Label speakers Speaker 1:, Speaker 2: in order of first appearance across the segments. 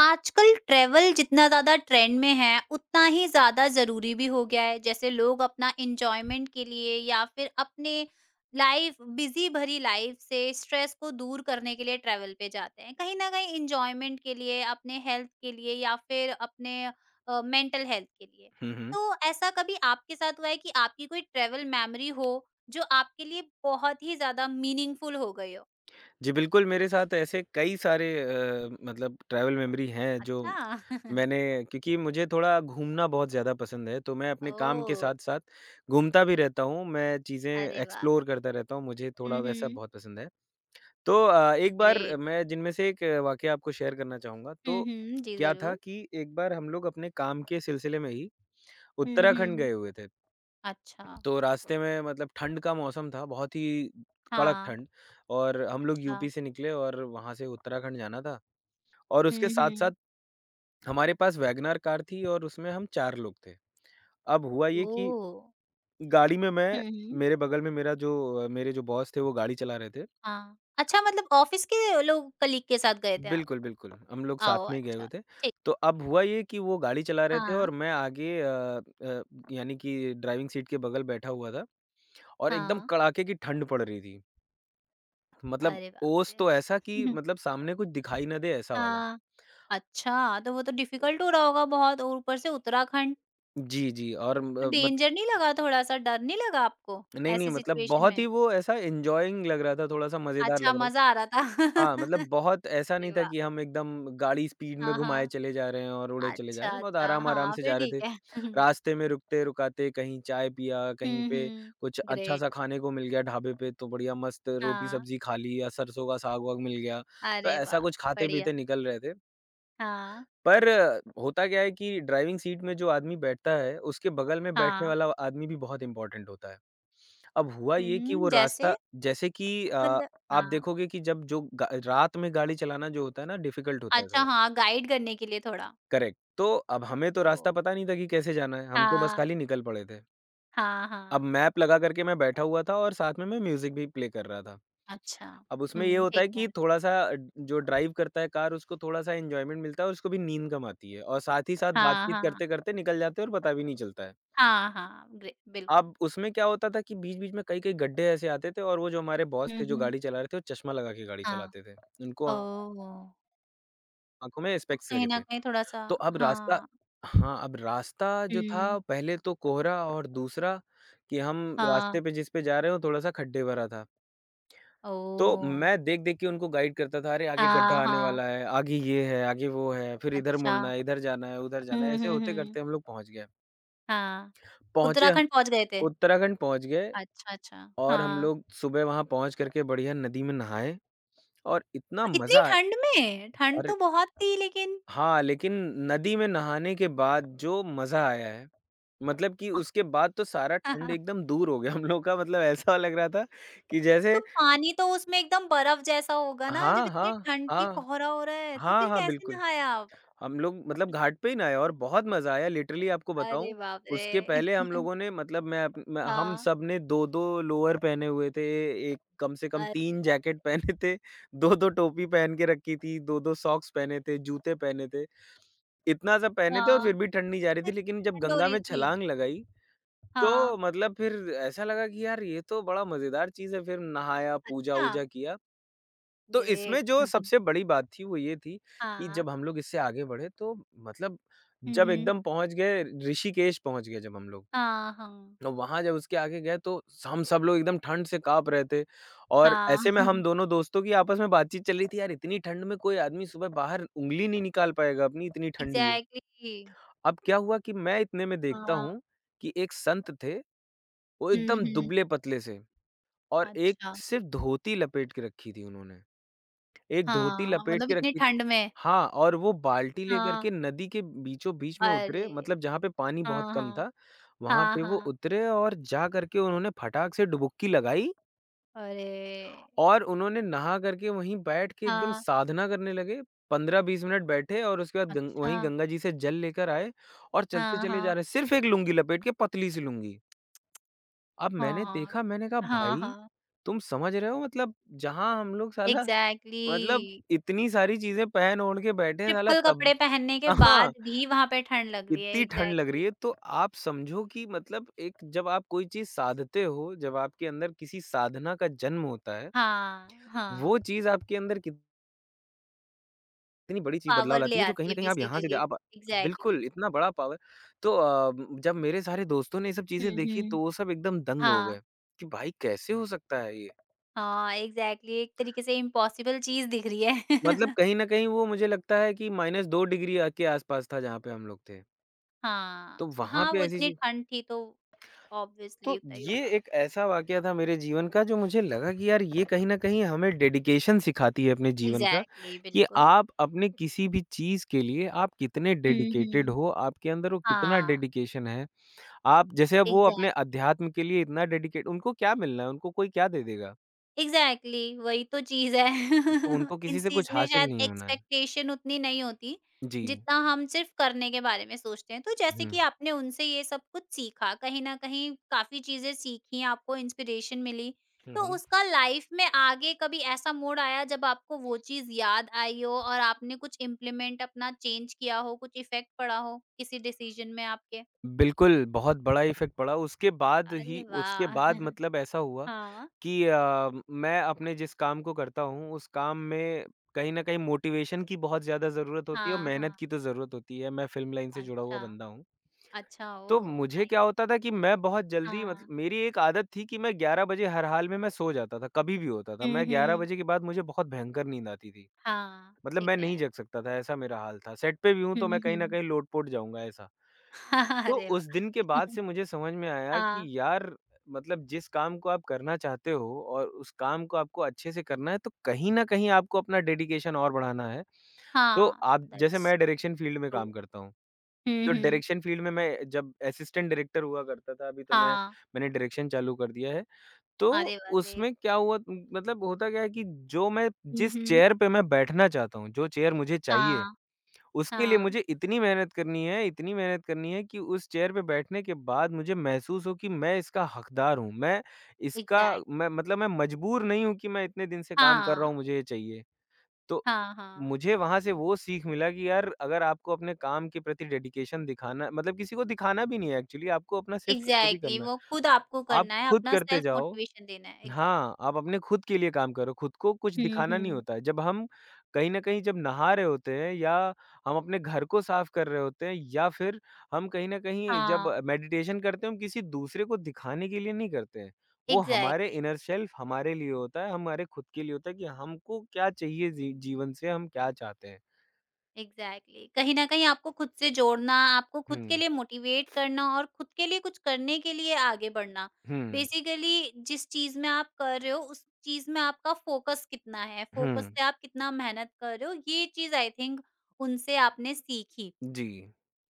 Speaker 1: आजकल ट्रैवल जितना ज़्यादा ट्रेंड में है, उतना ही ज़्यादा ज़रूरी भी हो गया है। जैसे लोग अपना एन्जॉयमेंट के लिए या फिर अपने लाइफ़ बिज़ी भरी लाइफ़ से स्ट्रेस को दूर करने के लिए ट्रैवल पे जाते हैं। कहीं न कहीं एन्जॉयमेंट के लिए, अपने हेल्थ के लिए या फिर अपने मेंटल हेल्थ के लिए।
Speaker 2: हुँ, हुँ।
Speaker 1: तो ऐसा कभी आपके साथ हुआ है कि आपकी कोई ट्रैवल मेमोरी हो, जो आपके लिए बहुत ही ज़्यादा मीनिंगफुल हो गई हो?
Speaker 2: जी, बिल्कुल, मेरे साथ ऐसे कई सारे मतलब ट्रैवल मेमोरी हैं जो
Speaker 1: अच्छा।
Speaker 2: मैंने क्योंकि मुझे थोड़ा घूमना बहुत ज़्यादा पसंद है, तो मैं अपने काम के
Speaker 1: ओह!
Speaker 2: साथ-साथ घूमता भी रहता हूँ, मैं चीज़ें
Speaker 1: अरे वाह!
Speaker 2: एक्सप्लोर करता रहता हूँ, मुझे थोड़ा
Speaker 1: हुँ,
Speaker 2: वैसा
Speaker 1: हुँ।
Speaker 2: बहुत पसंद है। तो एक बार
Speaker 1: ग्रेट।
Speaker 2: मैं जिनमें से एक वाक़या आपको शेयर करना चाहूँगा,
Speaker 1: हुँ,
Speaker 2: तो
Speaker 1: हुँ। जी,
Speaker 2: क्या था
Speaker 1: ज़रूर।
Speaker 2: कि एक बार हम लोग अपने काम के सिलसिले में ही
Speaker 1: हुँ,
Speaker 2: उत्तराखंड
Speaker 1: हुँ।
Speaker 2: गए हुए थे।
Speaker 1: अच्छा।
Speaker 2: तो रास्ते में मतलब ठंड का मौसम था, बहुत ही कड़क
Speaker 1: हाँ।
Speaker 2: ठंड। और हम लोग
Speaker 1: अच्छा।
Speaker 2: यूपी से निकले और वहाँ से उत्तराखंड जाना था, और उसके
Speaker 1: हुँ,
Speaker 2: साथ-साथ
Speaker 1: हुँ।
Speaker 2: हमारे पास वैगनआर कार थी और उसमें हम 4 लोग थे। अब हुआ ये कि
Speaker 1: ओह!
Speaker 2: गाड़ी में मैं
Speaker 1: हुँ, हुँ।
Speaker 2: मेरे बगल में मेरा जो मेरे जो बॉस थे वो गाड़ी चला रहे थे।
Speaker 1: हाँ। अच्छा, मतलब ऑफ़िस के लोग कलीग के साथ गए थे आप?
Speaker 2: बिल्कुल, बिल्कुल, हम लोग साथ
Speaker 1: ओह!
Speaker 2: में ही गए
Speaker 1: अच्छा,
Speaker 2: हुए थे।
Speaker 1: ठीक।
Speaker 2: तो अब हुआ ये कि वो गाड़ी चला रहे थे
Speaker 1: हाँ,
Speaker 2: और मैं आगे यानी कि ड्राइविंग सीट के बगल बैठा हुआ था, और एकदम
Speaker 1: हाँ।
Speaker 2: कड़ाके की ठंड पड़ रही थी। मतलब
Speaker 1: अरे बाप
Speaker 2: ओस
Speaker 1: रे!
Speaker 2: तो ऐसा कि
Speaker 1: हम्म,
Speaker 2: मतलब सामने कुछ दिखाई ना दे, ऐसा वाला।
Speaker 1: हाँ। अच्छा, तो वो तो डिफ़िकल्ट हो रहा होगा बहुत और ऊपर से उत्तराखंड।
Speaker 2: जी, जी। और
Speaker 1: तो
Speaker 2: म मत
Speaker 1: डेंजर नहीं लगा थोड़ा-सा, डर नहीं लगा आपको
Speaker 2: नहीं, नहीं,
Speaker 1: ऐसी
Speaker 2: मतलब
Speaker 1: सिचुएशन
Speaker 2: बहुत ही
Speaker 1: में?
Speaker 2: वो ऐसा एन्जॉयिंग लग रहा था, थोड़ा-सा मज़ेदार
Speaker 1: अच्छा,
Speaker 2: लग रहा था।
Speaker 1: मज़ा आ रहा था।
Speaker 2: हाँ, मतलब बहुत ऐसा नहीं
Speaker 1: अरे
Speaker 2: था
Speaker 1: वाह!
Speaker 2: कि हम एकदम गाड़ी स्पीड में
Speaker 1: हाँ,
Speaker 2: घुमाए
Speaker 1: हाँ।
Speaker 2: चले जा रहे हैं और उड़े चले जा रहे
Speaker 1: अच्छा,
Speaker 2: हैं, बहुत
Speaker 1: अच्छा।
Speaker 2: आराम-आराम
Speaker 1: हाँ,
Speaker 2: से
Speaker 1: फिर
Speaker 2: जा रहे
Speaker 1: ठीक
Speaker 2: थे।
Speaker 1: है।
Speaker 2: रास्ते में रुकते-रुकाते कहीं चाय पिया, कहीं
Speaker 1: हुँ,
Speaker 2: पे
Speaker 1: हुँ।
Speaker 2: कुछ
Speaker 1: ग्रेट।
Speaker 2: अच्छा-सा खाने को मिल गया ढाबे पे, तो बढ़िया मस्त
Speaker 1: हाँ।
Speaker 2: रोटी-सब्ज़ी खा ली या सरसों का साग-वाग मिल गया। तो
Speaker 1: अरे
Speaker 2: ऐसा
Speaker 1: वाह!
Speaker 2: कुछ
Speaker 1: बढ़िया।
Speaker 2: खाते-पीते निकल रहे थे।
Speaker 1: हाँ,
Speaker 2: पर होता क्या है कि ड्राइविंग सीट में जो आदमी बैठता है, उसके बगल में बैठने
Speaker 1: हाँ।
Speaker 2: वाला आदमी भी बहुत इम्पोर्टेंट होता है। अब हुआ ये कि
Speaker 1: हुँ,
Speaker 2: वो रास्ता
Speaker 1: जैसे?
Speaker 2: जैसे कि
Speaker 1: मतलब
Speaker 2: आप
Speaker 1: हाँ।
Speaker 2: देखोगे कि जब जो ग रात में गाड़ी चलाना जो होता है ना, डिफ़िकल्ट होता है
Speaker 1: अच्छा,
Speaker 2: थोड़ा।
Speaker 1: हाँ, गाइड करने के लिए थोड़ा।
Speaker 2: करेक्ट। तो अब हमें तो
Speaker 1: ओह!
Speaker 2: रास्ता पता नहीं था कि कैसे जाना है, हम तो बस
Speaker 1: हाँ,
Speaker 2: खाली निकल पड़े थे।
Speaker 1: हाँ,
Speaker 2: अब
Speaker 1: हाँ।
Speaker 2: मैप लगा करके मैं बैठा हुआ था और साथ में मैं म्यूज़िक भी प्ले कर रहा था।
Speaker 1: अच्छा।
Speaker 2: अब उसमें ये
Speaker 1: हुँ,
Speaker 2: होता
Speaker 1: ठीक
Speaker 2: है
Speaker 1: है।
Speaker 2: कि थोड़ा-सा जो ड्राइव करता है कार, उसको थोड़ा-सा एन्जॉयमेंट मिलता है और उसको भी नींद कम आती है, और साथ ही साथ
Speaker 1: हाँ,
Speaker 2: बातचीत
Speaker 1: हाँ।
Speaker 2: करते-करते निकल जाते हैं और पता भी नहीं चलता है।
Speaker 1: हाँ, हाँ, ग्रे बिल्कुल।
Speaker 2: अब उसमें क्या होता था कि बीच-बीच में कई-कई गड्ढे ऐसे आते थे, और वो जो हमारे बॉस थे
Speaker 1: हुँ,
Speaker 2: जो
Speaker 1: हुँ।
Speaker 2: गाड़ी चला रहे थे वो चश्मा लगा के गाड़ी
Speaker 1: हाँ।
Speaker 2: चलाते थे। उनको
Speaker 1: ओह!
Speaker 2: आँखों में
Speaker 1: तो
Speaker 2: स्पेक्स लगे
Speaker 1: कहीं न
Speaker 2: थे।
Speaker 1: कहीं थोड़ा-सा
Speaker 2: तो अब रास्ता
Speaker 1: हाँ।
Speaker 2: हाँ, अब रास्ता जो
Speaker 1: हुँ।
Speaker 2: था, पहले तो कोहरा और दूसरा कि हम
Speaker 1: हाँ।
Speaker 2: रास्ते पे जिस पे जा रहे हैं वो थोड़ा-सा खड्डे भरा था। तो
Speaker 1: ओह!
Speaker 2: मैं देख-देख के उनको गाइड करता था, अरे आगे गड्ढा
Speaker 1: हाँ,
Speaker 2: आने
Speaker 1: हाँ।
Speaker 2: वाला है, आगे ये है, आगे वो है, फिर इधर
Speaker 1: अच्छा।
Speaker 2: मुड़ना है, इधर जाना है, उधर जाना है,
Speaker 1: हुँ,
Speaker 2: ऐसे
Speaker 1: हुँ,
Speaker 2: होते
Speaker 1: हुँ।
Speaker 2: करते हम लोग पहुँच गए।
Speaker 1: हाँ।
Speaker 2: पहुँचे हम
Speaker 1: उत्तराखंड पहुँच गए थे।
Speaker 2: उत्तराखंड पहुँच गए,
Speaker 1: अच्छा, अच्छा।
Speaker 2: और हम
Speaker 1: हाँ।
Speaker 2: लोग सुबह वहाँ पहुँच करके बढ़िया नदी में नहाए और इतना
Speaker 1: इतनी
Speaker 2: मज़ा आया।
Speaker 1: ठंड में! ठंड
Speaker 2: अरे
Speaker 1: तो बहुत थी लेकिन
Speaker 2: हाँ, लेकिन नदी में नहाने के बाद जो मज़ा आया है, मतलब कि उसके बाद तो सारा ठंड एकदम दूर हो गया हम लोग का, मतलब ऐसा लग रहा था कि
Speaker 1: तो
Speaker 2: जैसे
Speaker 1: पानी तो उसमें एकदम बर्फ जैसा होगा ना, जब
Speaker 2: हाँ,
Speaker 1: इतनी
Speaker 2: हाँ,
Speaker 1: ठंड थी,
Speaker 2: हाँ।
Speaker 1: कोहरा हो रहा है, तो
Speaker 2: हाँ,
Speaker 1: फिर
Speaker 2: हाँ,
Speaker 1: कैसे
Speaker 2: बिल्कुल।
Speaker 1: नहाए आप?
Speaker 2: हम लोग मतलब घाट पे ही नहाए और बहुत मज़ा आया, लिटरली आपको
Speaker 1: अरे
Speaker 2: बताऊँ,
Speaker 1: बाप
Speaker 2: उसके
Speaker 1: रे!
Speaker 2: पहले हम लोगों ने मतलब मैं, हम
Speaker 1: हाँ।
Speaker 2: सब ने 2-2 लोअर पहने हुए थे, एक कम से कम
Speaker 1: अरे
Speaker 2: 3
Speaker 1: वाह!
Speaker 2: जैकेट पहने थे, 2-2 टोपी पहन के रखी थी, 2-2 सॉक्स पहने थे, जूते पहने थे। इतना सब पहने थे और
Speaker 1: हाँ,
Speaker 2: फिर भी ठंड नहीं जा रही
Speaker 1: तो
Speaker 2: थी,
Speaker 1: इतनी
Speaker 2: लेकिन जब
Speaker 1: ठंड हो
Speaker 2: गंगा में
Speaker 1: रही थी।
Speaker 2: छलांग लगाई,
Speaker 1: हाँ,
Speaker 2: तो मतलब फिर ऐसा लगा कि यार ये तो बड़ा मज़ेदार चीज़ है, फिर नहाया,
Speaker 1: अच्छा,
Speaker 2: पूजा-वूजा किया। तो इसमें
Speaker 1: ग्रेट।
Speaker 2: जो सबसे बड़ी बात थी वो ये थी कि
Speaker 1: हाँ।
Speaker 2: जब हम लोग इससे आगे बढ़े, तो मतलब
Speaker 1: हुँ,
Speaker 2: जब
Speaker 1: हुँ।
Speaker 2: एकदम पहुँच गए, ऋषिकेश पहुँच गए जब हम लोग।
Speaker 1: हाँ, हाँ।
Speaker 2: तो वहाँ जब उसके आगे गए तो हम सब लोग एकदम ठंड से काँप रहे थे, और
Speaker 1: हाँ।
Speaker 2: ऐसे में हम दोनों दोस्तों की आपस में बातचीत चल रही थी, यार इतनी ठंड में कोई आदमी सुबह बाहर उँगली नहीं निकाल पाएगा अपनी, इतनी ठंडी है।
Speaker 1: एग्ज़ैक्टली।
Speaker 2: अब क्या हुआ कि मैं इतने में देखता
Speaker 1: हाँ।
Speaker 2: हूँ कि एक संत थे, वो
Speaker 1: हुँ,
Speaker 2: एकदम
Speaker 1: हुँ।
Speaker 2: दुबले-पतले से और एक,
Speaker 1: अच्छा।
Speaker 2: सिर्फ़ धोती लपेट के रखी थी उन्होंने। एक धोती
Speaker 1: हाँ,
Speaker 2: लपेट
Speaker 1: मतलब
Speaker 2: के
Speaker 1: इतनी
Speaker 2: रखी थी,
Speaker 1: ठंड में।
Speaker 2: हाँ, और वो बाल्टी लेकर
Speaker 1: हाँ,
Speaker 2: के नदी के बीचों-बीच में उतरे,
Speaker 1: अरे!
Speaker 2: मतलब जहाँ पे पानी
Speaker 1: हाँ,
Speaker 2: बहुत कम
Speaker 1: हाँ।
Speaker 2: था, वहाँ
Speaker 1: हाँ,
Speaker 2: पे वो
Speaker 1: हाँ।
Speaker 2: उतरे और जा करके उन्होंने फटाक से डुबुक्की लगाई
Speaker 1: अरे!
Speaker 2: और उन्होंने नहा करके वहीं बैठ के एकदम
Speaker 1: हाँ,
Speaker 2: साधना करने लगे। 15-20 मिनट बैठे और उसके बाद गं
Speaker 1: अच्छा।
Speaker 2: वहीं गंगा जी से जल लेकर आए और चलते
Speaker 1: हाँ,
Speaker 2: चले जा
Speaker 1: हाँ।
Speaker 2: रहे हैं, सिर्फ़ एक लुंगी लपेट के, पतली-सी लुंगी। अब मैंने
Speaker 1: हाँ।
Speaker 2: देखा, मैंने कहा,
Speaker 1: हाँ,
Speaker 2: "भाई,
Speaker 1: हाँ।
Speaker 2: तुम समझ रहे हो मतलब जहाँ हम लोग साला
Speaker 1: एग्ज़ैक्टली।
Speaker 2: मतलब इतनी सारी चीज़ें पहन ओढ़ के बैठे हैं साला
Speaker 1: ट्रिपल
Speaker 2: तब
Speaker 1: कपड़े पहनने के
Speaker 2: हाँ,
Speaker 1: बाद भी वहाँ पे ठंड लग रही है,
Speaker 2: इतनी ठंड लग रही
Speaker 1: एग्ज़ैक्टली।
Speaker 2: है, तो आप समझो कि मतलब एक जब आप कोई चीज़ साधते हो, जब आपके अंदर किसी साधना का जन्म होता है,
Speaker 1: हाँ,
Speaker 2: वो
Speaker 1: हाँ।
Speaker 2: चीज़ आपके अंदर कितनी बड़ी चीज़ बदलाव
Speaker 1: पावर
Speaker 2: लाती
Speaker 1: ले
Speaker 2: है जो कहीं
Speaker 1: आती
Speaker 2: न
Speaker 1: है
Speaker 2: कहीं आप यहाँ से दे-
Speaker 1: बेसिकली।
Speaker 2: आप
Speaker 1: एग्ज़ैक्टली।
Speaker 2: बिल्कुल इतना बड़ा पावर। तो जब मेरे सारे दोस्तों ने ये सब चीज़ें
Speaker 1: हुँ,
Speaker 2: देखी तो
Speaker 1: हुँ।
Speaker 2: वो सब एकदम दंग हो
Speaker 1: हाँ,
Speaker 2: गए, कि भाई कैसे हो सकता है ये?
Speaker 1: हाँ, एग्ज़ैक्टली एक तरीके से इम्पॉसिबल चीज़ दिख रही
Speaker 2: मतलब
Speaker 1: है।
Speaker 2: कहीं न कहीं वो मुझे लगता है कि -2 डिग्री के आस-पास था जहाँ पे हम लोग थे। तो
Speaker 1: हाँ।
Speaker 2: वहाँ
Speaker 1: हाँ,
Speaker 2: पे
Speaker 1: वो
Speaker 2: ऐसी
Speaker 1: इतनी
Speaker 2: चीज़
Speaker 1: ठंड थी तो ऑब्वियसली
Speaker 2: तो
Speaker 1: होता ही
Speaker 2: ये
Speaker 1: होगा।
Speaker 2: एक ऐसा वाक़या था मेरे जीवन का, जो मुझे लगा कि यार ये कहीं न कहीं हमें डेडिकेशन सिखाती है अपने जीवन का,
Speaker 1: एग्ज़ैक्टली,
Speaker 2: कि
Speaker 1: बिल्कुल।
Speaker 2: आप अपने किसी भी चीज़ के लिए आप कितने
Speaker 1: हुँ,
Speaker 2: डेडिकेटेड
Speaker 1: हुँ।
Speaker 2: हो, आपके अंदर वो कितना
Speaker 1: हाँ,
Speaker 2: डेडिकेशन है। आप जैसे अब वो अपने
Speaker 1: एग्ज़ैक्टली,
Speaker 2: अध्यात्म के लिए इतना डेडिकेट, उनको क्या मिलना है? उनको कोई क्या दे देगा?
Speaker 1: एग्ज़ैक्टली वही तो चीज़ है।
Speaker 2: तो उनको किसी
Speaker 1: इस
Speaker 2: से
Speaker 1: चीज़
Speaker 2: कुछ
Speaker 1: में
Speaker 2: हासिल
Speaker 1: शायद
Speaker 2: नहीं होना है।
Speaker 1: एक्सपेक्टेशन उतनी नहीं होती,
Speaker 2: जी।
Speaker 1: जितना हम सिर्फ़ करने के बारे में सोचते हैं। तो जैसे
Speaker 2: हुँ।
Speaker 1: कि आपने उनसे ये सब कुछ सीखा, कहीं न कहीं काफ़ी चीज़ें सीखी, आपको इंस्पिरेशन मिली।
Speaker 2: हुँ,
Speaker 1: तो
Speaker 2: हुँ।
Speaker 1: उसका लाइफ़ में आगे कभी ऐसा मोड़ आया जब आपको वो चीज़ याद आई हो और आपने कुछ इम्प्लीमेंट अपना चेंज किया हो, कुछ इफ़ेक्ट पड़ा हो किसी डिसीज़न में आपके?
Speaker 2: बिल्कुल, बहुत बड़ा इफ़ेक्ट पड़ा, उसके बाद ही
Speaker 1: अरे
Speaker 2: उसके
Speaker 1: वाह!
Speaker 2: बाद मतलब ऐसा हुआ
Speaker 1: हाँ,
Speaker 2: कि मैं अपने जिस काम को करता हूँ, उस काम में कहीं न कहीं मोटिवेशन की बहुत ज़्यादा ज़रूरत होती है और
Speaker 1: हाँ,
Speaker 2: मेहनत
Speaker 1: हाँ।
Speaker 2: की तो ज़रूरत होती है, मैं फ़िल्म लाइन से जुड़ा हुआ
Speaker 1: अच्छा,
Speaker 2: बंदा हूँ।
Speaker 1: अच्छा
Speaker 2: तो
Speaker 1: ओह!
Speaker 2: मुझे क्या
Speaker 1: नाइस
Speaker 2: होता था कि मैं बहुत जल्दी मत
Speaker 1: हाँ।
Speaker 2: मेरी एक आदत थी कि मैं 11 बजे हर हाल में मैं सो जाता था, कभी भी होता था।
Speaker 1: हुँ,
Speaker 2: मैं 11
Speaker 1: हुँ।
Speaker 2: बजे के बाद मुझे बहुत भयंकर नींद आती थी।
Speaker 1: हाँ,
Speaker 2: मतलब
Speaker 1: ठीक
Speaker 2: मैं
Speaker 1: है।
Speaker 2: नहीं जग सकता था, ऐसा मेरा हाल था। सेट पे भी हूँ,
Speaker 1: हुँ,
Speaker 2: तो मैं कहीं न
Speaker 1: हुँ।
Speaker 2: कहीं लोट-पोट जाऊँगा, ऐसा। तो
Speaker 1: अरे
Speaker 2: उस
Speaker 1: वाह!
Speaker 2: दिन के बाद से मुझे समझ में आया
Speaker 1: हाँ,
Speaker 2: कि यार मतलब जिस काम को आप करना चाहते हो और उस काम को आपको अच्छे से करना है, तो कहीं न कहीं आपको अपना डेडिकेशन और बढ़ाना है। तो
Speaker 1: हाँ,
Speaker 2: आप जैसे
Speaker 1: दैट्स
Speaker 2: मैं डायरेक्शन फील्ड में
Speaker 1: ट्रू।
Speaker 2: काम करता हूँ।
Speaker 1: हुँ,
Speaker 2: तो
Speaker 1: हुँ।
Speaker 2: डायरेक्शन फील्ड में मैं जब असिस्टेंट डायरेक्टर हुआ करता था, अभी तो
Speaker 1: हाँ,
Speaker 2: मैंने डायरेक्शन चालू कर दिया है। तो
Speaker 1: अरे वाह! ग्रेट।
Speaker 2: उसमें क्या हुआ, मतलब होता क्या है कि जो मैं
Speaker 1: हुँ,
Speaker 2: जिस
Speaker 1: हुँ।
Speaker 2: चेयर पे मैं बैठना चाहता हूँ, जो चेयर मुझे चाहिए,
Speaker 1: हाँ,
Speaker 2: उसके लिए
Speaker 1: हाँ,
Speaker 2: मुझे इतनी मेहनत करनी है, इतनी मेहनत करनी है कि उस चेयर पे बैठने के बाद मुझे महसूस हो कि मैं इसका हकदार हूँ। इसका
Speaker 1: एग्ज़ैक्ट
Speaker 2: मैं मजबूर नहीं हूँ कि मैं इतने दिन से काम कर
Speaker 1: हाँ,
Speaker 2: रहा हूँ, मुझे ये चाहिए। तो
Speaker 1: हाँ, हाँ।
Speaker 2: मुझे वहाँ से वो सीख मिला कि यार अगर आपको अपने काम के प्रति डेडिकेशन दिखाना, मतलब किसी को दिखाना भी नहीं है एक्चुअली, आपको अपना सिर्फ़ खुद ही
Speaker 1: एग्ज़ैक्टली
Speaker 2: करना है।
Speaker 1: वो खुद आपको
Speaker 2: आप
Speaker 1: करना है,
Speaker 2: खुद
Speaker 1: अपना
Speaker 2: करते
Speaker 1: सेल्फ
Speaker 2: जाओ,
Speaker 1: मोटिवेशन देना है। एग्ज़ैक्ट
Speaker 2: हाँ, आप अपने खुद के लिए काम करो, खुद को कुछ
Speaker 1: हुँ,
Speaker 2: दिखाना नहीं
Speaker 1: हुँ।
Speaker 2: होता है। जब हम कहीं न कहीं जब नहा रहे होते हैं या हम अपने घर को साफ कर रहे होते हैं या फिर हम कहीं न कहीं जब
Speaker 1: हाँ,
Speaker 2: मेडिटेशन करते हैं, हम किसी दूसरे को दिखाने के लिए नहीं करते हैं। वो हमारे
Speaker 1: एग्ज़ैक्टली।
Speaker 2: इनर सेल्फ हमारे लिए होता है, हमारे खुद के लिए होता है कि हमको क्या चाहिए जीवन से, हम क्या चाहते हैं।
Speaker 1: Exactly exactly. कहीं ना कहीं आपको खुद से जोड़ना, आपको खुद के
Speaker 2: हुँ,
Speaker 1: लिए मोटिवेट करना और खुद के लिए कुछ करने के लिए आगे बढ़ना,
Speaker 2: हुँ,
Speaker 1: बेसिकली जिस चीज में आप कर रहे हो उस चीज में आपका फोकस कितना है, फोकस
Speaker 2: हुँ।
Speaker 1: से आप कितना मेहनत कर रहे हो, ये चीज आई थिंक उनसे आपने सीखी।
Speaker 2: जी,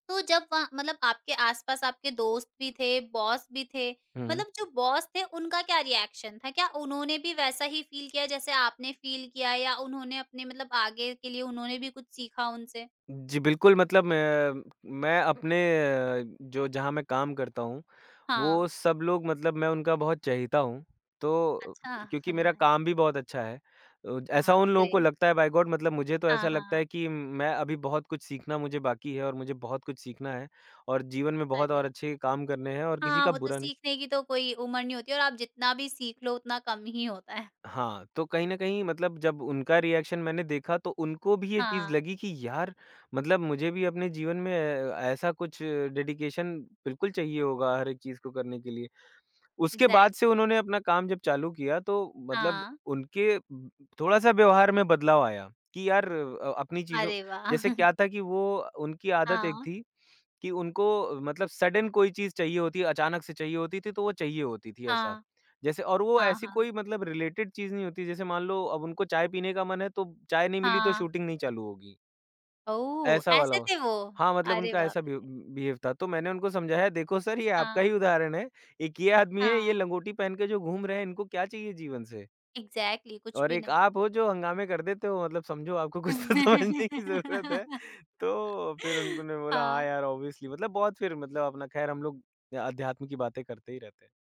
Speaker 1: तो जब वहाँ मतलब आपके आसपास आपके दोस्त भी थे, बॉस भी थे,
Speaker 2: हुँ।
Speaker 1: मतलब जो बॉस थे उनका क्या रिएक्शन था, क्या उन्होंने भी वैसा ही फील किया जैसे आपने फील किया, या उन्होंने अपने मतलब आगे के लिए उन्होंने भी कुछ सीखा उनसे?
Speaker 2: जी, बिल्कुल, मतलब मैं अपने जो जहाँ मैं काम करता हूँ,
Speaker 1: हाँ,
Speaker 2: वो सब लोग मतलब मैं उनका बहुत चहेता हूँ, तो
Speaker 1: अच्छा
Speaker 2: क्योंकि मेरा
Speaker 1: नाइ
Speaker 2: काम भी बहुत अच्छा है। ऐसा
Speaker 1: हाँ,
Speaker 2: उन लोगों
Speaker 1: ग्रेट।
Speaker 2: को
Speaker 1: हुँ।
Speaker 2: लगता है, बाय गॉड मतलब मुझे तो
Speaker 1: हाँ,
Speaker 2: ऐसा लगता है
Speaker 1: हाँ।
Speaker 2: कि मैं अभी बहुत कुछ सीखना मुझे बाकी है और मुझे बहुत कुछ सीखना है और जीवन में बहुत
Speaker 1: अरे
Speaker 2: और
Speaker 1: वाह!
Speaker 2: अच्छे काम करने हैं और किसी
Speaker 1: हाँ,
Speaker 2: का
Speaker 1: वो तो
Speaker 2: बुरा नहीं।
Speaker 1: सीखने की तो कोई उम्र नहीं होती और आप जितना भी सीख लो उतना कम ही होता है।
Speaker 2: हाँ, तो कहीं न कहीं मतलब जब उनका रिएक्शन मैंने देखा, तो उनको भी ये चीज़
Speaker 1: हाँ,
Speaker 2: लगी कि यार मतलब मुझे भी अपने जीवन में ऐ ऐसा कुछ डेडिकेशन बिल्कुल चाहिए होगा हर एक चीज़ को करने के लिए। उसके बाद
Speaker 1: एग्ज़ैक्ट
Speaker 2: से उन्होंने अपना काम जब चालू किया तो मतलब
Speaker 1: हाँ।
Speaker 2: उनके थोड़ा-सा व्यवहार में बदलाव आया कि यार अपनी चीज़ों
Speaker 1: अरे वाह!
Speaker 2: जैसे क्या था कि वो उनकी आदत एक
Speaker 1: हाँ,
Speaker 2: थी कि उनको मतलब सडन कोई चीज़ चाहिए होती है, अचानक से चाहिए होती थी, तो वो चाहिए होती थी ऐसा।
Speaker 1: हाँ,
Speaker 2: जैसे और वो
Speaker 1: हाँ,
Speaker 2: ऐसी
Speaker 1: हाँ,
Speaker 2: कोई मतलब रिलेटेड चीज़ नहीं होती, जैसे मान लो अब उनको चाय पीने का मन है, तो चाय नहीं मिली तो
Speaker 1: हाँ।
Speaker 2: शूटिंग नहीं चालू होगी।
Speaker 1: ओह!
Speaker 2: ऐसा वाला
Speaker 1: ऐसे
Speaker 2: हो।
Speaker 1: थे वो?
Speaker 2: हाँ, मतलब
Speaker 1: अरे
Speaker 2: उनका
Speaker 1: बाप
Speaker 2: ऐसा बिव
Speaker 1: रे!
Speaker 2: बिहेव था, तो मैंने उनको समझाया देखो सर ये आपका ही
Speaker 1: हाँ,
Speaker 2: उदाहरण है, एक ये आदमी है ये
Speaker 1: हाँ।
Speaker 2: लंगोटी पहन के जो घूम रहे हैं इनको क्या चाहिए जीवन से?
Speaker 1: एग्ज़ैक्टली कुछ
Speaker 2: और
Speaker 1: भी
Speaker 2: एक
Speaker 1: नहीं।
Speaker 2: आप हो जो हँगामे कर देते हो मतलब समझो आपको कुछ तो समझने की ज़रूरत है। तो फिर उन्होंने बोला हाँ
Speaker 1: हाँ।
Speaker 2: यार ऑब्वियसली मतलब बहुत फिर मतलब अपना ख़ैर हम लोग अध्यात्म की बातें करते ही रहते हैं।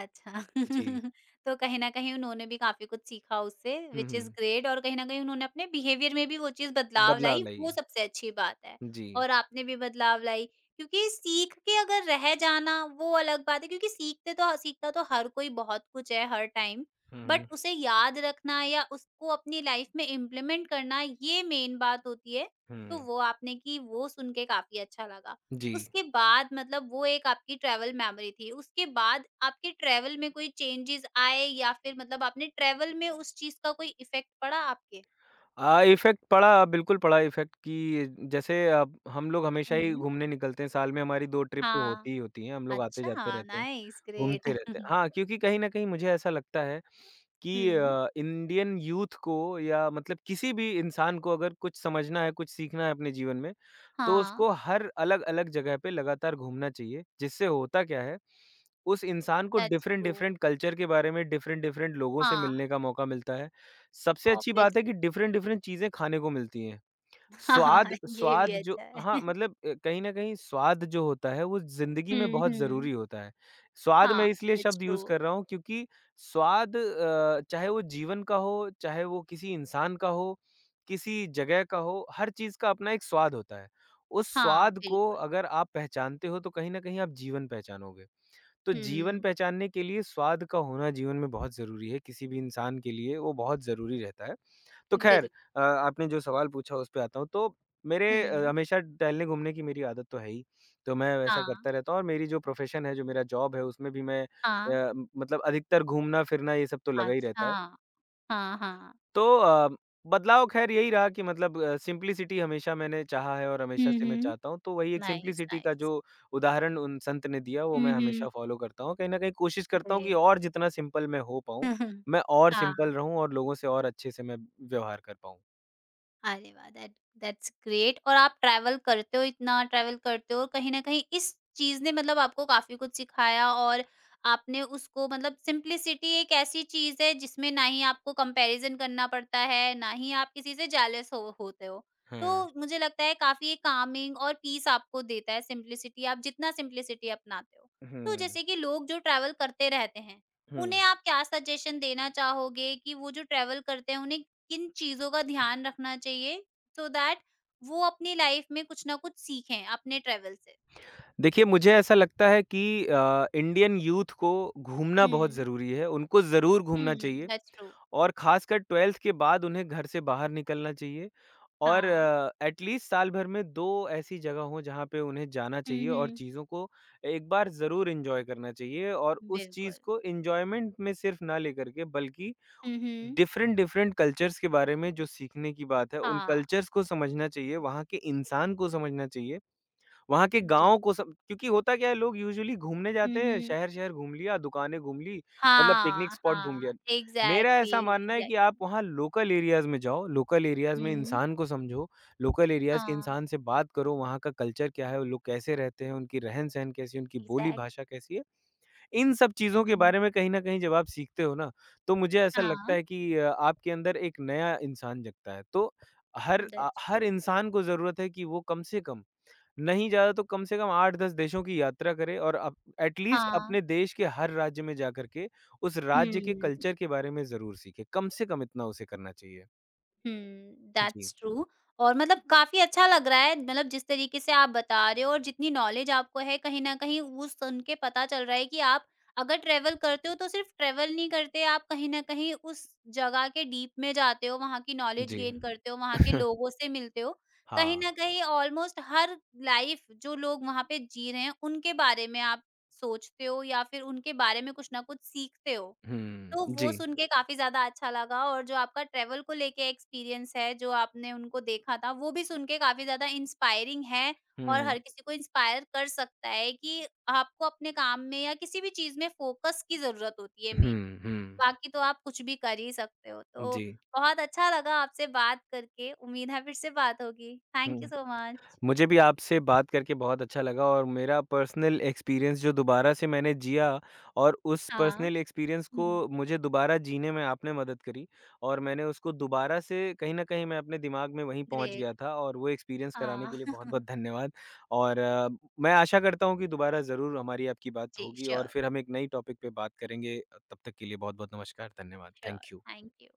Speaker 1: अच्छा
Speaker 2: जी।
Speaker 1: तो कहीं न कहीं उन्होंने भी काफ़ी कुछ सीखा उससे,
Speaker 2: हुँ,
Speaker 1: व्हिच इज़
Speaker 2: हुँ।
Speaker 1: ग्रेट, और कहीं न कहीं उन्होंने अपने बिहेवियर में भी वो चीज़ बदलाव
Speaker 2: बदलाव
Speaker 1: लाई,
Speaker 2: लाई।
Speaker 1: वो सबसे अच्छी बात है।
Speaker 2: जी।
Speaker 1: और आपने भी बदलाव लाई, क्योंकि सीख के अगर रह जाना वो अलग बात है, क्योंकि सीखते तो, सीखता तो हर कोई बहुत कुछ है हर टाइम,
Speaker 2: हुँ, हुँ।
Speaker 1: बट उसे याद रखना या उसको अपनी लाइफ़ में इम्प्लीमेंट करना ये मेन बात होती है। तो
Speaker 2: हुँ।
Speaker 1: वो आपने की, वो सुन के काफ़ी अच्छा लगा।
Speaker 2: जी।
Speaker 1: उसके बाद, मतलब वो एक आपकी ट्रैवल मेमोरी थी, उसके बाद आपके ट्रैवल में कोई चेंजेज़ आए या फिर मतलब आपने ट्रैवल में उस चीज़ का कोई इफ़ेक्ट पड़ा आपके?
Speaker 2: इफ़ेक्ट पड़ा, बिल्कुल पड़ा इफ़ेक्ट कि जैसे अब हम लोग हमेशा ही
Speaker 1: हुँ।
Speaker 2: घूमने निकलते हैं, साल में हमारी 2 ट्रिप तो होती
Speaker 1: हाँ।
Speaker 2: ही होती हैं, हम लोग आते-जाते
Speaker 1: अच्छा,
Speaker 2: रहते हैं।
Speaker 1: नाइस,
Speaker 2: घूमते
Speaker 1: ग्रेट।
Speaker 2: रहते हैं। हाँ, क्योंकि कहीं न कहीं मुझे ऐसा लगता है कि
Speaker 1: हुँ,
Speaker 2: इंडियन यूथ को या मतलब किसी भी इंसान को अगर कुछ समझना है, कुछ सीखना है अपने जीवन में, तो
Speaker 1: हाँ,
Speaker 2: उसको हर अलग-अलग जगह पे लगातार घूमना चाहिए। जिससे होता क्या है, उस इंसान को
Speaker 1: दैट्स ट्रू।
Speaker 2: डिफरेंट-डिफरेंट कल्चर के बारे में, डिफरेंट-डिफरेंट लोगों से
Speaker 1: हाँ,
Speaker 2: मिलने का मौका मिलता है। सबसे अच्छी बात है
Speaker 1: ऑब्वियसली।
Speaker 2: कि डिफरेंट-डिफरेंट चीज़ें खाने को मिलती हैं।
Speaker 1: हाँ,
Speaker 2: स्वाद
Speaker 1: ये भी
Speaker 2: स्वाद जो
Speaker 1: अच्छा है।
Speaker 2: हाँ, मतलब कहीं न कहीं स्वाद जो होता है, वो ज़िंदगी में
Speaker 1: हुँ,
Speaker 2: बहुत
Speaker 1: हुँ।
Speaker 2: ज़रूरी होता है। स्वाद
Speaker 1: हाँ,
Speaker 2: मैं इसलिए
Speaker 1: दैट्स
Speaker 2: शब्द यूज़
Speaker 1: ट्रू।
Speaker 2: कर रहा हूँ क्योंकि स्वाद चाहे वो जीवन का हो, चाहे वो किसी इंसान का हो, किसी जगह का हो, हर चीज़ का अपना एक स्वाद होता है। उस
Speaker 1: हाँ,
Speaker 2: स्वाद को
Speaker 1: बिल्कुल।
Speaker 2: अगर आप पहचानते हो, तो कहीं न कहीं आप जीवन पहचानोगे। तो जीवन
Speaker 1: हुँ,
Speaker 2: पहचानने के लिए स्वाद का होना जीवन में बहुत ज़रूरी है, किसी भी इंसान के लिए वो बहुत ज़रूरी रहता है। तो ख़ैर
Speaker 1: बिल्कुल, बिल्कुल।
Speaker 2: आपने जो सवाल पूछा उस पे आता हूँ, तो मेरे
Speaker 1: हुँ,
Speaker 2: हमेशा टहलने-घूमने की मेरी आदत तो है ही, तो मैं वैसा
Speaker 1: हाँ,
Speaker 2: करता रहता हूँ और मेरी जो प्रोफ़ेशन है, जो मेरा जॉब है, उसमें भी मैं
Speaker 1: हाँ।
Speaker 2: मतलब अधिकतर घूमना-फिरना ये सब तो लगा ही रहता
Speaker 1: अच्छा।
Speaker 2: है।
Speaker 1: हाँ, हाँ।
Speaker 2: तो बदलाव ख़ैर यही रहा कि मतलब सिम्प्लिसिटी हमेशा मैंने चाहा है और
Speaker 1: हुँ,
Speaker 2: हमेशा से मैं
Speaker 1: हुँ।
Speaker 2: चाहता हूँ, तो वही एक
Speaker 1: Nice,
Speaker 2: सिम्प्लिसिटी का
Speaker 1: nice.
Speaker 2: जो उदाहरण उन संत ने दिया, वो मैं हमेशा
Speaker 1: Mhm.
Speaker 2: फ़ॉलो करता हूँ। कहीं न कहीं कोशिश करता हूँ कि
Speaker 1: Great.
Speaker 2: और जितना सिंपल मैं हो पाऊँ, मैं और
Speaker 1: Ah.
Speaker 2: सिंपल रहूँ और लोगों से और अच्छे से मैं व्यवहार कर पाऊँ।
Speaker 1: अरे वाह! That that's great. और आप ट्रैवल करते हो, इतना ट्रैवल करते हो, और कहीं न कहीं इस चीज़ ने मतलब आपको काफ़ी कुछ सिखाया और आपने उसको मतलब, सिंप्लिसिटी एक ऐसी चीज़ है जिसमें ना ही आपको कंपैरिज़न करना पड़ता है, ना ही आप किसी से जेलस हो होते हो।
Speaker 2: हुँ।
Speaker 1: तो मुझे लगता है काफ़ी ये कामिंग और पीस आपको देता है सिंप्लिसिटी, आप जितना सिंप्लिसिटी अपनाते हो। तो
Speaker 2: हुँ,
Speaker 1: जैसे कि लोग जो ट्रैवल करते रहते हैं,
Speaker 2: हुँ।
Speaker 1: उन्हें आप क्या सजेशन देना चाहोगे कि वो जो ट्रैवल करते हैं उन्हें किन चीज़ों का ध्यान रखना चाहिए, सो दैट वो अपनी लाइफ में कुछ ना कुछ सीखें अपने ट्रैवल से?
Speaker 2: देखिए, मुझे ऐसा लगता है कि इंडियन यूथ को घूमना बहुत
Speaker 1: हुँ।
Speaker 2: ज़रूरी है, उनको ज़रूर घूमना
Speaker 1: हुँ,
Speaker 2: चाहिए
Speaker 1: दैट्स ट्रू।
Speaker 2: और ख़ासकर 12th के बाद उन्हें घर से बाहर निकलना चाहिए और
Speaker 1: हाँ।
Speaker 2: एटलीस्ट साल भर में 2 ऐसी जगह हों, जहाँ पे उन्हें जाना
Speaker 1: हुँ,
Speaker 2: चाहिए और
Speaker 1: हुँ।
Speaker 2: चीज़ों को एक बार ज़रूर एन्जॉय करना चाहिए और उस चीज़
Speaker 1: बिल्कुल।
Speaker 2: को एन्जॉयमेंट में सिर्फ़ ना लेकर के बल्कि
Speaker 1: हुँ, हुँ।
Speaker 2: डिफ़रेंट-डिफ़रेंट कल्चर्स के बारे में जो सीखने की बात है, उन
Speaker 1: हाँ,
Speaker 2: कल्चर्स को समझना चाहिए, वहाँ के इंसान को समझना चाहिए। वहाँ के
Speaker 1: बिल
Speaker 2: गाँव को सब क्योंकि होता क्या है लोग यूजुअली घूमने
Speaker 1: हुँ,
Speaker 2: जाते हैं,
Speaker 1: हुँ।
Speaker 2: शहर-शहर घूम लिया, दुकानें घूम ली, मतलब पिकनिक
Speaker 1: हाँ,
Speaker 2: स्पॉट घूम लिया।
Speaker 1: हाँ,
Speaker 2: मेरा
Speaker 1: एग्ज़ैक्टली,
Speaker 2: ऐसा मानना है कि आप
Speaker 1: एग्ज़ैक्टली।
Speaker 2: वहाँ लोकल एरियाज़ में जाओ, लोकल एरियाज़ में
Speaker 1: हुँ।
Speaker 2: इंसान को समझो, लोकल एरियाज़ के
Speaker 1: हाँ,
Speaker 2: इंसान से बात करो, वहाँ का कल्चर क्या है, वो लोग कैसे रहते हैं, उनकी रहन-सहन कैसी है, उनकी बोली-भाषा
Speaker 1: एग्ज़ैक्टली।
Speaker 2: कैसी है। इन सब
Speaker 1: हुँ,
Speaker 2: चीज़ों
Speaker 1: हुँ,
Speaker 2: के
Speaker 1: हुँ।
Speaker 2: बारे में कहीं न कहीं जब आप सीखते हो ना, तो मुझे ऐसा लगता
Speaker 1: हाँ,
Speaker 2: है कि आपके अंदर एक नया इंसान जगता है। तो हर
Speaker 1: दैट्स ट्रू।
Speaker 2: हर इंसान को ज़रूरत है कि वो कम से कम नहीं ज़्यादा तो कम से कम 8-10 देशों की यात्रा करें और अप एट लीस्ट
Speaker 1: हाँ।
Speaker 2: अपने देश के हर राज्य में जा कर के उस राज्य के
Speaker 1: हुँ।
Speaker 2: कल्चर के बारे में ज़रूर सीखें, कम से कम इतना उसे करना चाहिए।
Speaker 1: हुँ,
Speaker 2: जी,
Speaker 1: दैट्स ट्रू। और मतलब काफ़ी अच्छा लग रहा है, मतलब जिस तरीके से आप बता रहे हो और जितनी नॉलेज आपको है, कहीं न कहीं वो सुन के पता चल रहा है कि आप अगर ट्रैवल करते हो तो सिर्फ ट्रैवल नहीं करते, आप कहीं न कहीं उस जगह के डीप में जाते हो, वहाँ की नॉलेज
Speaker 2: जी।
Speaker 1: गेन करते हो, वहाँ के लोगों से मिलते हो। कहीं
Speaker 2: हाँ।
Speaker 1: न कहीं ऑलमोस्ट हर लाइफ़, जो लोग वहाँ पे जी रहे हैं उनके बारे में आप सोचते हो या फिर उनके बारे में कुछ ना कुछ सीखते हो।
Speaker 2: हुँ,
Speaker 1: तो
Speaker 2: जी।
Speaker 1: वो सुन के काफ़ी ज़्यादा अच्छा लगा और जो आपका ट्रैवल को लेके एक्सपीरियंस है, जो आपने उनको देखा था, वो भी सुन के काफ़ी ज़्यादा इंस्पायरिंग है और
Speaker 2: हुँ,
Speaker 1: हर किसी को इंस्पायर कर सकता है कि आपको अपने काम में या किसी भी चीज़ में फ़ोकस की ज़रूरत होती है
Speaker 2: हुँ,
Speaker 1: मेन,
Speaker 2: हुँ, हुँ।
Speaker 1: बाकी तो आप कुछ भी कर ही सकते हो। तो
Speaker 2: जी।
Speaker 1: बहुत अच्छा लगा आपसे बात करके, उम्मीद है फिर से बात होगी। थैंक यू
Speaker 2: हुँ।
Speaker 1: So much.
Speaker 2: मुझे भी आपसे बात करके बहुत अच्छा लगा और मेरा पर्सनल एक्सपीरियंस जो दोबारा से मैंने जिया और उस
Speaker 1: हाँ।
Speaker 2: पर्सनल एक्सपीरियंस
Speaker 1: हुँ,
Speaker 2: को
Speaker 1: हुँ।
Speaker 2: मुझे दोबारा जीने में आपने मदद करी और मैंने उसको दोबारा से कहीं न कहीं मैं अपने दिमाग में वहीं पहुँच
Speaker 1: ग्रेट।
Speaker 2: गया था और वो एक्सपीरियंस कराने
Speaker 1: हाँ।
Speaker 2: के लिए बहुत-बहुत धन्यवाद और मैं आशा करता हूँ कि दोबारा ज़रूर हमारी आपकी बात
Speaker 1: जी,
Speaker 2: होगी और
Speaker 1: श्योर,
Speaker 2: फिर हम एक नई टॉपिक पे बात करेंगे। तब तक के लिए बहुत-बहुत नमस्कार, धन्यवाद। Thank
Speaker 1: sure.
Speaker 2: You.
Speaker 1: Thank you.